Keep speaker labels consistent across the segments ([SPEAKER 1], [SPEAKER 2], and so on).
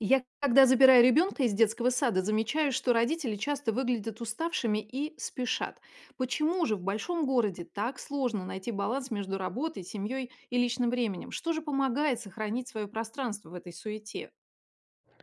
[SPEAKER 1] Я, когда забираю ребенка из детского сада, замечаю, что родители часто выглядят уставшими и спешат. Почему же в большом городе так сложно найти баланс между работой, семьей и личным временем? Что же помогает сохранить свое пространство в этой суете?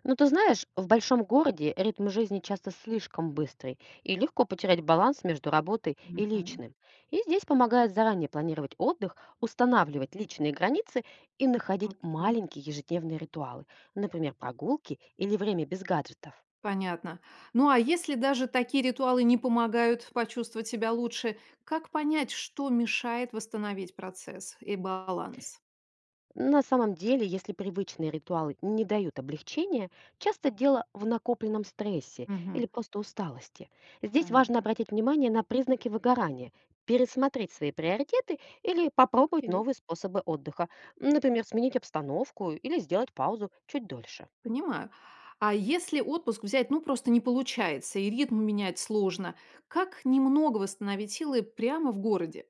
[SPEAKER 2] Ну, ты знаешь, в большом городе ритм жизни часто слишком быстрый, и легко потерять баланс между работой и
[SPEAKER 1] Мгм.
[SPEAKER 2] личным. И здесь помогает заранее планировать отдых, устанавливать личные границы и находить
[SPEAKER 1] Окей.
[SPEAKER 2] маленькие ежедневные ритуалы, например, прогулки или время без гаджетов.
[SPEAKER 1] Понятно. Ну а если даже такие ритуалы не помогают почувствовать себя лучше, как понять, что мешает восстановить процесс и баланс?
[SPEAKER 2] На самом деле, если привычные ритуалы не дают облегчения, часто дело в накопленном стрессе или
[SPEAKER 1] Мгм.
[SPEAKER 2] просто усталости. Здесь важно
[SPEAKER 1] Понятно.
[SPEAKER 2] обратить внимание на признаки выгорания, пересмотреть свои приоритеты или попробовать
[SPEAKER 1] Окей.
[SPEAKER 2] новые способы отдыха, например, сменить обстановку или сделать паузу чуть дольше.
[SPEAKER 1] Понимаю. А если отпуск взять, ну, просто не получается, и ритм менять сложно, как немного восстановить силы прямо в городе?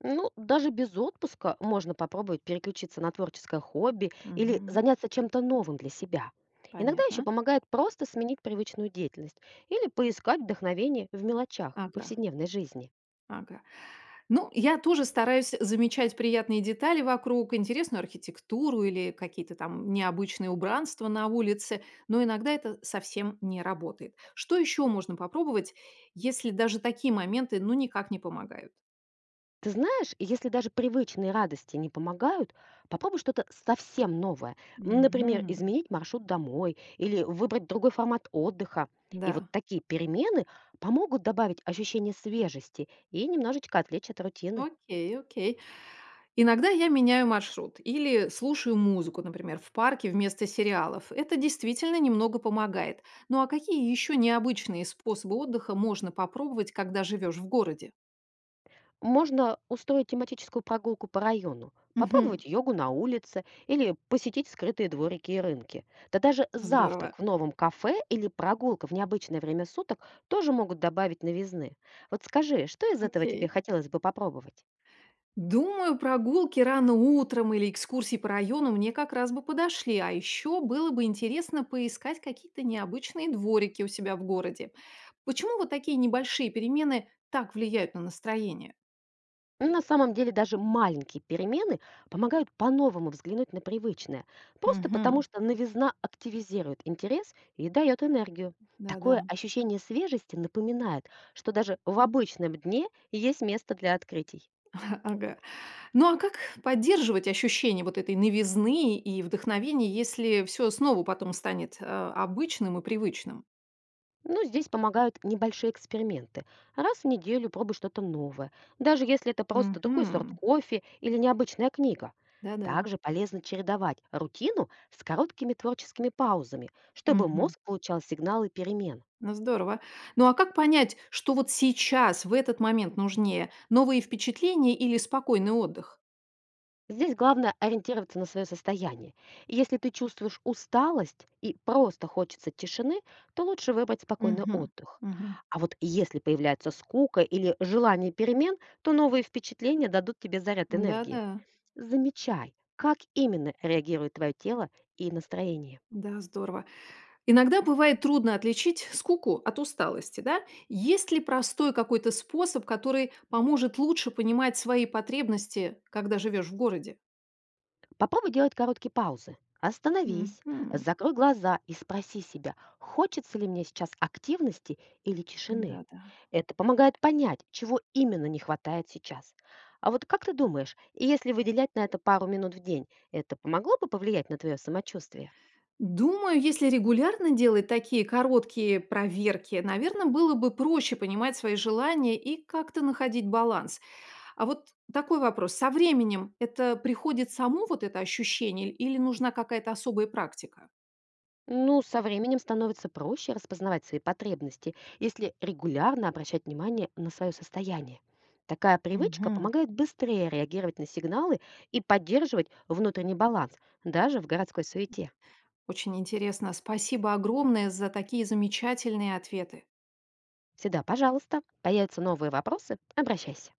[SPEAKER 2] Ну, даже без отпуска можно попробовать переключиться на творческое хобби или
[SPEAKER 1] Мгм.
[SPEAKER 2] заняться чем-то новым для себя. Иногда еще
[SPEAKER 1] Понятно.
[SPEAKER 2] помогает просто сменить привычную деятельность или поискать вдохновение в мелочах
[SPEAKER 1] Ага.
[SPEAKER 2] повседневной жизни.
[SPEAKER 1] Ага. Ну, я тоже стараюсь замечать приятные детали вокруг, интересную архитектуру или какие-то там необычные убранства на улице, но иногда это совсем не работает. Что еще можно попробовать, если даже такие моменты, ну, никак не помогают?
[SPEAKER 2] Ты знаешь, если даже привычные радости не помогают, попробуй что-то совсем новое. Например,
[SPEAKER 1] Мгм.
[SPEAKER 2] изменить маршрут домой или выбрать другой формат отдыха. И вот
[SPEAKER 1] Да.
[SPEAKER 2] такие перемены помогут добавить ощущение свежести и немножечко отвлечь от рутины.
[SPEAKER 1] Окей, окей. Иногда я меняю маршрут или слушаю музыку, например, в парке вместо сериалов. Это действительно немного помогает. Ну а какие еще необычные способы отдыха можно попробовать, когда живешь в городе?
[SPEAKER 2] Можно устроить тематическую прогулку по району,
[SPEAKER 1] Мгм.
[SPEAKER 2] попробовать йогу на улице или посетить скрытые дворики и рынки. Да даже
[SPEAKER 1] Здорово.
[SPEAKER 2] завтрак в новом кафе или прогулка в необычное время суток тоже могут добавить новизны. Вот скажи, что из этого тебе
[SPEAKER 1] Окей.
[SPEAKER 2] хотелось бы попробовать?
[SPEAKER 1] Думаю, прогулки рано утром или экскурсии по району мне как раз бы подошли, а еще было бы интересно поискать какие-то необычные дворики у себя в городе. Почему вот такие небольшие перемены так влияют на настроение?
[SPEAKER 2] На самом деле даже маленькие перемены помогают по-новому взглянуть на привычное, просто потому
[SPEAKER 1] Мгм.
[SPEAKER 2] что новизна активизирует интерес и дает энергию.
[SPEAKER 1] Да-да.
[SPEAKER 2] Такое ощущение свежести напоминает, что даже в обычном дне есть место для открытий.
[SPEAKER 1] Ага. Ну, а как поддерживать ощущение вот этой новизны и вдохновения, если все снова потом станет, обычным и привычным?
[SPEAKER 2] Ну, здесь помогают небольшие эксперименты. Раз в неделю пробуй что-то новое, даже если это просто другой сорт
[SPEAKER 1] Мгм.
[SPEAKER 2] кофе или необычная книга.
[SPEAKER 1] Да-да.
[SPEAKER 2] Также полезно чередовать рутину с короткими творческими паузами, чтобы
[SPEAKER 1] Мгм.
[SPEAKER 2] мозг получал сигналы перемен.
[SPEAKER 1] Ну, здорово. Ну, а как понять, что вот сейчас, в этот момент нужнее: новые впечатления или спокойный отдых?
[SPEAKER 2] Здесь главное ориентироваться на свое состояние. Если ты чувствуешь усталость и просто хочется тишины, то лучше выбрать спокойный
[SPEAKER 1] Мгм.
[SPEAKER 2] отдых.
[SPEAKER 1] Мгм.
[SPEAKER 2] А вот если появляется скука или желание перемен, то новые впечатления дадут тебе заряд энергии.
[SPEAKER 1] Да-да.
[SPEAKER 2] Замечай, как именно реагирует твое тело и настроение.
[SPEAKER 1] Да, здорово. Иногда бывает трудно отличить скуку от усталости, да? Есть ли простой какой-то способ, который поможет лучше понимать свои потребности, когда живешь в городе?
[SPEAKER 2] Попробуй делать короткие паузы. Остановись,
[SPEAKER 1] Мгм.
[SPEAKER 2] закрой глаза и спроси себя, хочется ли мне сейчас активности или тишины.
[SPEAKER 1] Да-да.
[SPEAKER 2] Это помогает понять, чего именно не хватает сейчас. А вот как ты думаешь, если выделять на это пару минут в день, это помогло бы повлиять на твое самочувствие?
[SPEAKER 1] Думаю, если регулярно делать такие короткие проверки, наверное, было бы проще понимать свои желания и как-то находить баланс. А вот такой вопрос: со временем это приходит само вот это ощущение или нужна какая-то особая практика?
[SPEAKER 2] Ну, со временем становится проще распознавать свои потребности, если регулярно обращать внимание на свое состояние. Такая привычка
[SPEAKER 1] Мгм.
[SPEAKER 2] помогает быстрее реагировать на сигналы и поддерживать внутренний баланс, даже в городской суете.
[SPEAKER 1] Очень интересно. Спасибо огромное за такие замечательные ответы.
[SPEAKER 2] Всегда, пожалуйста, появятся новые вопросы, обращайся.